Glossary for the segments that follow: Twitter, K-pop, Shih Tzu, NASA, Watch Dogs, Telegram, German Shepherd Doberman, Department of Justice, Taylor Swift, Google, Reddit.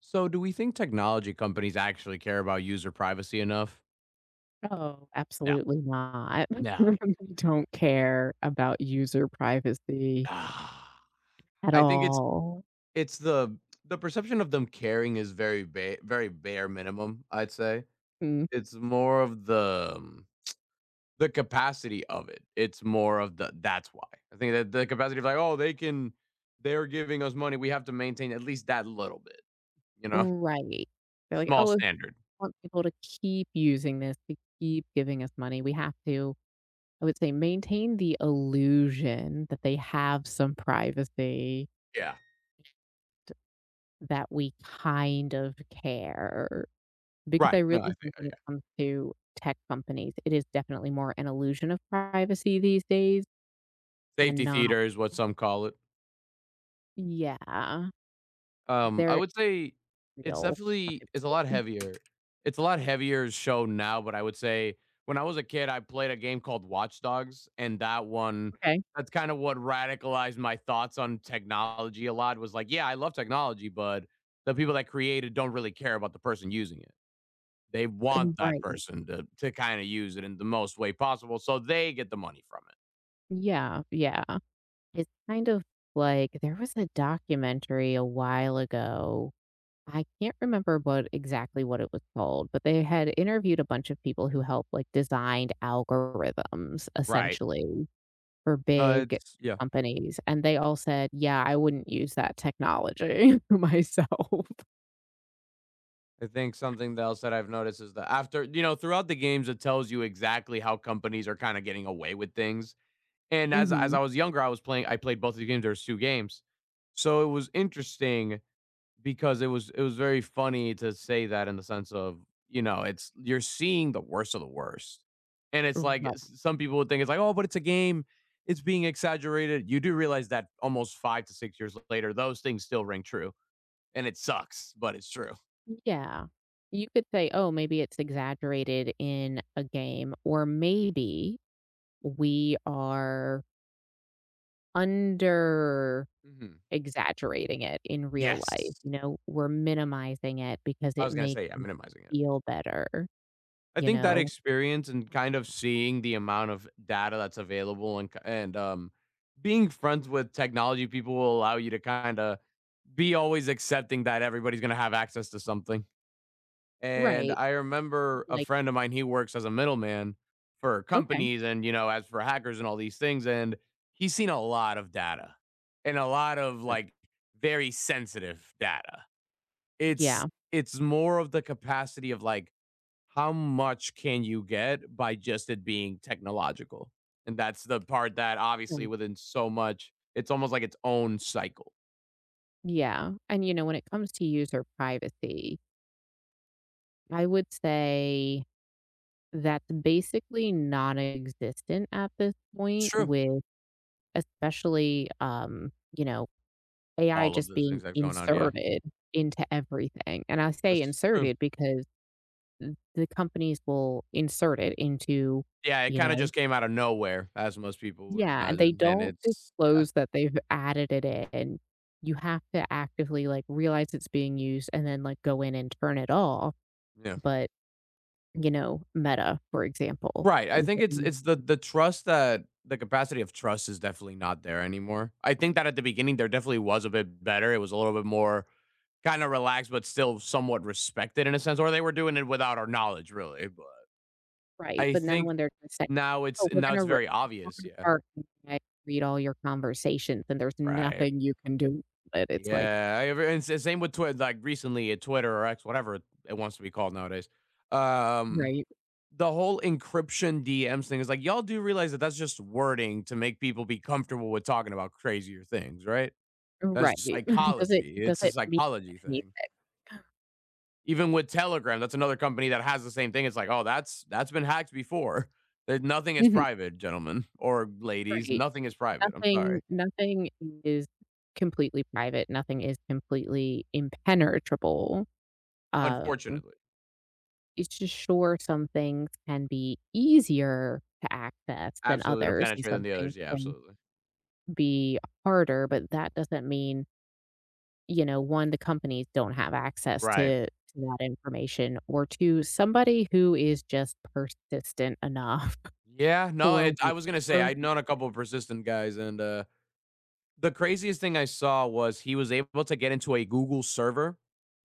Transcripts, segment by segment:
So, do we think technology companies actually care about user privacy enough? Oh, No, absolutely not. no, They yeah, no, don't absolutely. care about user privacy Ah, at I think it's all. it's the perception of them caring is very bare minimum. I'd say Mm, it's more of the capacity of it. It's more of the that's why I think that the capacity of like, oh, they're giving us money, we have to maintain at least that little bit, you know, right. They're like, small "Oh, if you standard. want people to keep using this, to keep giving us money, we have to," I would say, maintain the illusion that they have some privacy, Yeah, that we kind of care. Because I right. No, I really think think when yeah, it comes to tech companies, it is definitely more an illusion of privacy these days and safety not. theater is what some call it. Yeah. I They're would say it's real definitely it's a lot privacy. heavier. It's a lot heavier show now, but I would say when I was a kid, I played a game called Watch Dogs, and that one, Okay. that's kind of what radicalized my thoughts on technology a lot. Was like, yeah, I love technology, but the people that create it don't really care about the person using it. They want that Right. person to kind of use it in the most way possible so they get the money from it. Yeah, yeah. It's kind of like there was a documentary a while ago. I can't remember what exactly what it was called, but they had interviewed a bunch of people who helped like designed algorithms Right. essentially for big It's yeah. companies. And they all said, yeah, I wouldn't use that technology myself. I think something else that I've noticed is that after, you know, throughout the games, it tells you exactly how companies are kind of getting away with things. And as Mhm. I was younger, I was playing, I played both of the games. There was two games. So it was interesting because it was very funny to say that in the sense of, you know, it's you're seeing the worst of the worst. And it's like, Right. Some people would think it's like, oh, but it's a game. It's being exaggerated. You do realize that almost 5 to 6 years later, those things still ring true. And it sucks, but it's true. Yeah. You could say, "Oh, maybe it's exaggerated in a game," or maybe we are under Hmm. exaggerating it in real Yes. life, you know, we're minimizing it because I it was gonna makes say, yeah, me minimizing it. feel better, I you think that know? experience and kind of seeing the amount of data that's available and being friends with technology people will allow you to kind of be always accepting that everybody's gonna have access to something. And Right. I remember a Like, friend of mine, he works as a middleman for okay. companies and, you know, as for hackers and all these things, and he's seen a lot of data and a lot of Sure. like very sensitive data. It's Yeah. it's more of the capacity of like how much can you get by just it being technological? And that's the part that Mm. obviously within so much, it's almost like its own cycle. Yeah, and, you know, when it comes to user privacy, I would say that's basically non-existent at this It's point true. with especially, you know, AI All of just those things being that's going on. Yeah. inserted into everything, and I say That's so true. inserted because the companies will insert it into, Yeah. It you kind of know. just came out of nowhere, as most people would Yeah, and they imagine. And don't it's, yeah. disclose that they've added it in. You have to actively, like, realize it's being used and then, like, go in and turn it off, Yeah. but, you know, Meta, for example, Right. I they. think it's the trust that the capacity of trust is definitely not there anymore. I think that at the beginning there definitely was a bit better. It was a little bit more kind of relaxed, but still somewhat respected in a sense, or they were doing it without our knowledge, really. But Right, I but now think when they're just like, "Oh, we're now it's gonna re very obvious. Yeah. our I read all your conversations, and there's Right. nothing you can do with it." It's like Yeah. I ever, and same with Twitter. Like recently, at Twitter or X, whatever it wants to be called nowadays. Um, right, the whole encryption DMs thing is like, y'all do realize that that's just wording to make people be comfortable with talking about crazier things, right? right. That's Does it psychology. does It's a it mean psychology thing. anything? Even with Telegram, that's another company that has the same thing. It's like, oh, that's been hacked before. That nothing is Mhm, private, gentlemen or ladies. right. Nothing is private. I'm sorry. Nothing is completely private, nothing is completely impenetrable. Um, Unfortunately, it's just sure some things can be easier to access than absolutely to others, and penetrate than some the things others. Yeah, can absolutely. be harder, but that doesn't mean you know, one, the companies don't have access Right. to that information, or two, somebody who is just persistent enough. Yeah. No. for It, I what was gonna say for I'd known a couple of persistent guys, and the craziest thing I saw was he was able to get into a Google server.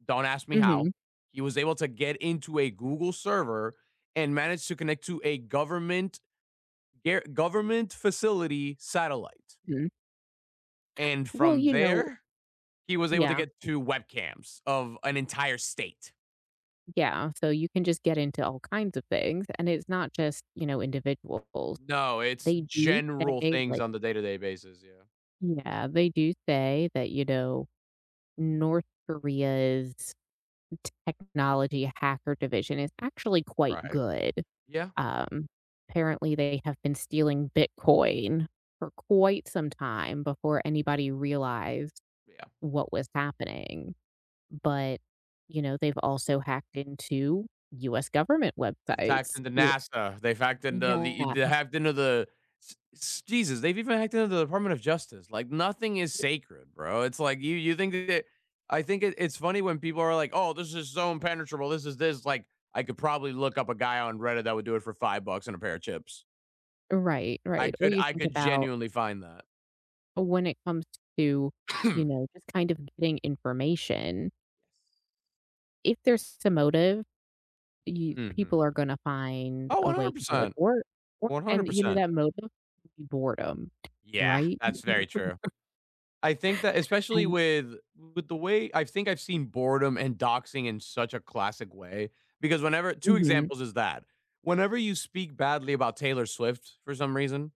Don't ask me how. Mhm, He was able to get into a Google server and managed to connect to a government government facility satellite. mhm. And Well, from you know. there, he was able to Yeah, get to webcams of an entire state. yeah, so you can just get into all kinds of things, and it's not just, you know, individuals. No, it's They do general say, things like. on the day-to-day basis, yeah. Yeah, they do say that, you know, North Korea's technology hacker division is actually quite Right. good. Yeah. Um, Apparently, they have been stealing Bitcoin for quite some time before anybody realized Yeah. what was happening. But, you know, they've also hacked into US government They've hacked websites. into Ye NASA. They've hacked into Yeah. They hacked into the s s Jesus, they've even hacked into the Department of Justice. Like, nothing is sacred, bro. It's like you think that I think it's funny when people are like, "Oh, this is so impenetrable. This is this." Like, I could probably look up a guy on Reddit that would do it for 5 bucks and a pair of chips. Right, I right. Or could you I think could about genuinely find that. when it comes to, you know, just kind of getting information, if there's a motive. You Mhm. people are gonna find Oh, a way to do it, 100%. Or and you know 100%. that motive would be boredom, Yeah, right? that's very true. I think that especially And with with the way I think I've seen boredom and doxing in such a classic way because whenever 2 mhm, examples is that whenever you speak badly about Taylor Swift for some reason,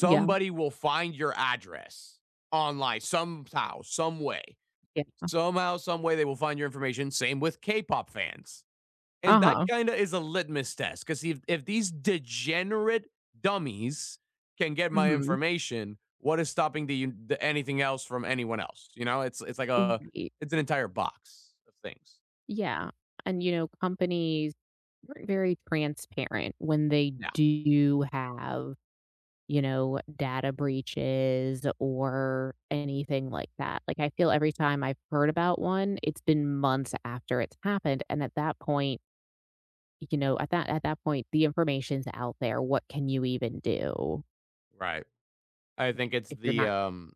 yeah, will find your address online somehow, some way. yeah, Somehow, some way they will find your information. Same with K-pop fans. And that uh-huh, kinda is a litmus test, because if these degenerate dummies can get my mhm, information, what is stopping the anything else from anyone else, you know? It's like a, right, it's an entire box of things. yeah, and, you know, companies aren't very transparent when they Yeah. do have, you know, data breaches or anything like that, like, I feel every time I've heard about one, it's been months after it's happened, and at that point. You know, at that point, the information's out there. What can you even do Right. I think it's if you're the, not. um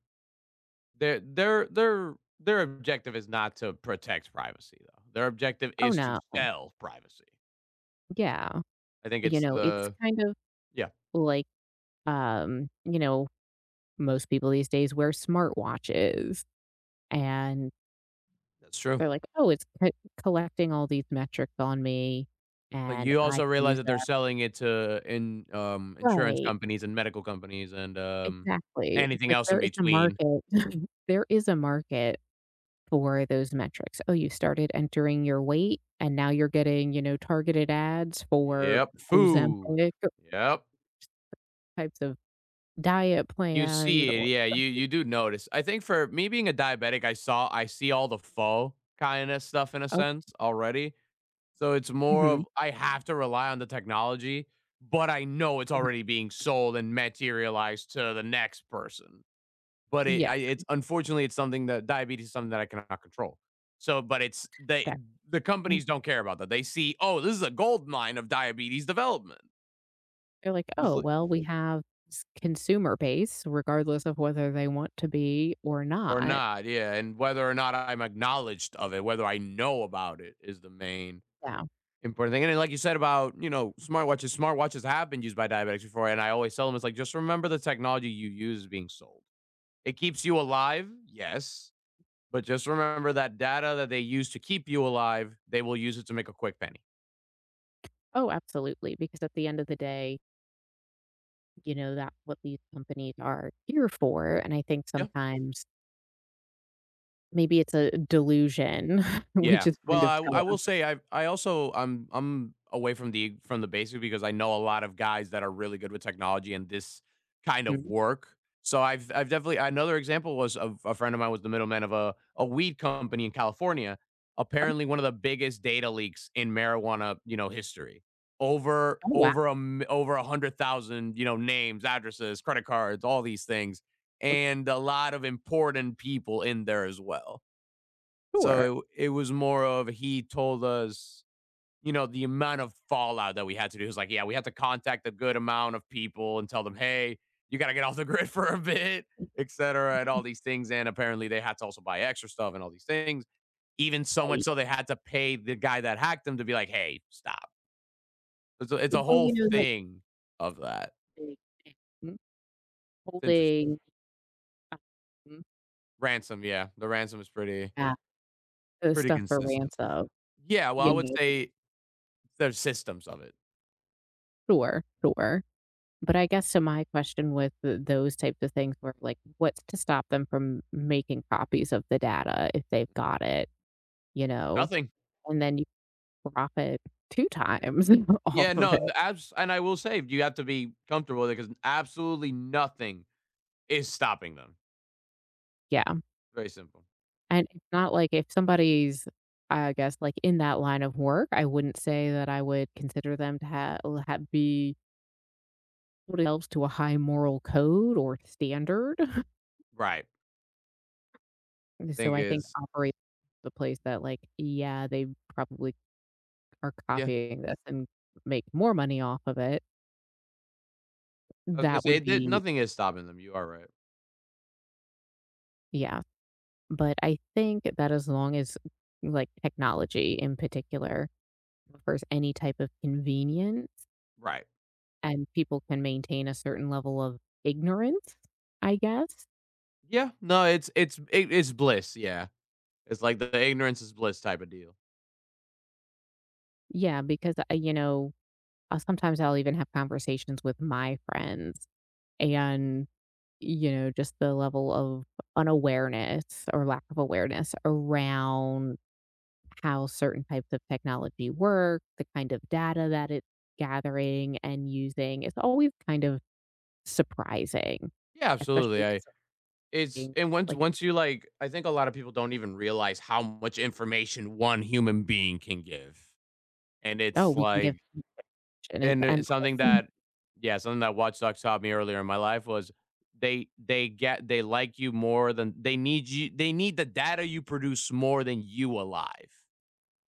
their objective is not to protect privacy, though. Their objective Oh, is to no. sell privacy. Yeah. I think You it's know, it's the, kind of yeah, like, you know, most people these days wear smartwatches, and that's true. they're like, "Oh, it's c collecting all these metrics on me, Like, and you I also can realize use that them." they're selling it to in insurance Right. companies and medical companies and, Exactly. It's anything like else in there is a between. market. There is a market for those metrics? Oh, you started entering your weight and now you're getting, you know, targeted ads for Yep, food. Ozempic Yep. types of diet You plans see it, or yeah, you do notice. I think for me being a diabetic, I see all the faux kinda stuff in a oh, sense already, so it's more mhm, of I have to rely on the technology, but I know it's already right. being sold and materialized to the next person. But it Yeah, I, it's unfortunately it's something that diabetes is something that I cannot control. So, but it's they that the mm. companies don't care about that. They see, oh, this is a gold mine of diabetes development. They're like, It's "Oh, like well, we have this consumer base regardless of whether they want to be or or not." not, yeah. And whether or not I'm acknowledged of it, whether I know about it, is the main Yeah. important thing. And then like you said about, you know, smartwatches, smartwatches have been used by diabetics before, and I always tell them it's like, just remember the technology you use is being sold. It keeps you alive, yes. But just remember that data that they use to keep you alive, they will use it to make a quick penny. Oh, absolutely, because at the end of the day, you know, that's what these companies are here for, and I think Yeah. sometimes maybe it's a delusion we Yeah. just Well, kind of tell I will ourselves. say I also I'm away from the basics because I know a lot of guys that are really good with technology and this kind of work. So I've definitely another example was of a friend of mine was the middleman of a weed company in California. Oh, Apparently, one of the biggest data leaks in marijuana, you know, history. Oh, wow. Over 100,000, you know, names, addresses, credit cards, all these things, Oh, and a lot of important people in there as well. sure, So it was more of he told us, you know, the amount of fallout that we had to do. He was like, yeah, we have to contact a good amount of people and tell them, hey, you got to get off the grid for a bit, et cetera, and all these things. And apparently they had to also buy extra stuff and all these things. Even so much right. so they had to pay the guy that hacked them to be like, hey, stop. It's a Well, whole you know, that thing of that. m It's interesting. holding, um, Ransom, yeah. The ransom is pretty yeah, the pretty stuff for consistent. ransom, Yeah, well, I you would know, but it say there's systems of it. sure, sure. But I guess to my question with th those types of things were, like, what's to stop them from making copies of the data if they've got it, you know? Nothing. And then you profit two times off Yeah, of no, n it. abs and I will say, you have to be comfortable with it because absolutely nothing is stopping them. Yeah. Very simple. And it's not like if somebody's, I guess, like, in that line of work, I wouldn't say that I would consider them to have l ha be themselves to a high moral code or standard. Right. I And so think I think is operate the place that, like, yeah, they probably are yeah, copying this and make more money off of it. I was gonna That say would that be nothing is stopping them, you are right. yeah. But I think that as long as, like, technology in particular offers any type of convenience. Right. And people can maintain a certain level of ignorance, I guess? Yeah, no, it it's bliss, yeah. It's like the ignorance is bliss type of deal. Yeah, because, you know, sometimes I'll even have conversations with my friends and, you know, just the level of unawareness or lack of awareness around how certain types of technology work, the kind of data that it's gathering and using is always kind of surprising, Yeah, especially absolutely, if I it's it's something and once like, once you, like, I think a lot of people don't even realize how much information one human being can give, and "Oh, it's we can give" like. and it's And it's something endless. that, yeah, something that Watch Dogs taught me earlier in my life was they get they like you more than they need you, they need the data you produce more than you alive.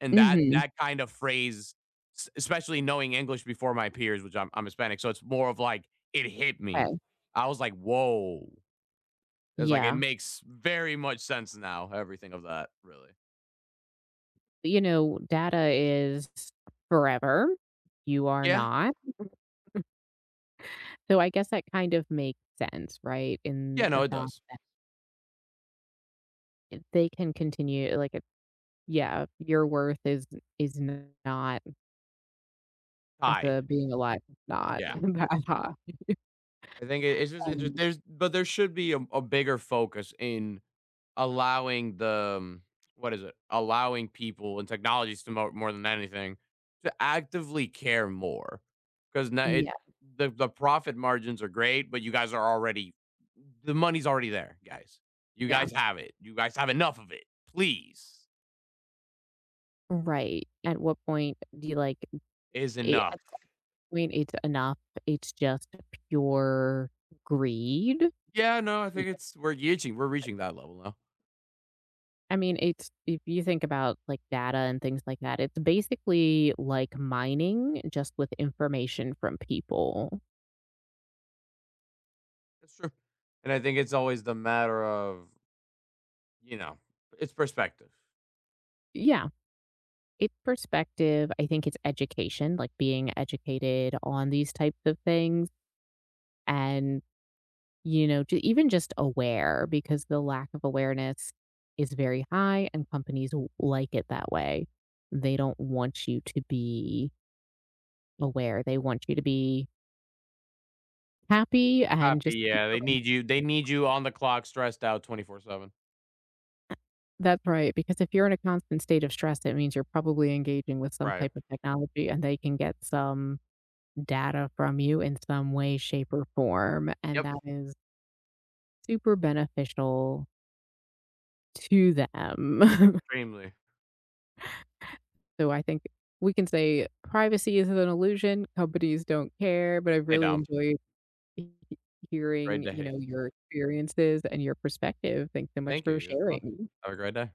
And that Mhm. that kind of phrase, especially knowing English before my peers, which I'm Hispanic, so it's more of like it hit me. I was like, whoa. It's like it Yeah. makes very much sense now, everything of that, really. You know, data is forever. You are Yeah. not. So I guess that kind of makes sense, right? Yeah, In no, the it fact does. that they can continue like it yeah, your worth is not as a Tied. being alive, is not Yeah. that high. I think it's just interesting, Um, there's but there should be a bigger focus in allowing the what is it? Allowing people and technologies to mo more than anything, to actively care more because now it yeah, the profit margins are great, but you guys are already the money's already there, guys. You yeah. guys have it. You guys have enough of it. Please, Right. At what point do you like is it, enough. at that point it's enough. It's just pure greed. Yeah, no, I think it's we're reaching that level now. I mean, it's if you think about, like, data and things like that, it's basically like mining just with information from people. That's true. And I think it's always the matter of, you know, it's perspective. Yeah, it's perspective, I think it's education, like being educated on these types of things and, you know, j even just aware because the lack of awareness is very high and companies w like it that way. They don't want you to be aware, they want you to be happy and Copy, just keep. yeah, they need you on the clock, stressed out 24/7. That's right, because if you're in a constant state of stress, it means you're probably engaging with some Right. type of technology and they can get some data from you in some way, shape, or form, and Yep, that is super beneficial to them. extremely. So I think we can say privacy is an illusion, companies don't care, but I've Hey, really Dom. enjoyed he Have a great hearing, you day. know, your experiences and your perspective. Thanks so much Thank you, for you as well. sharing. Have a great day.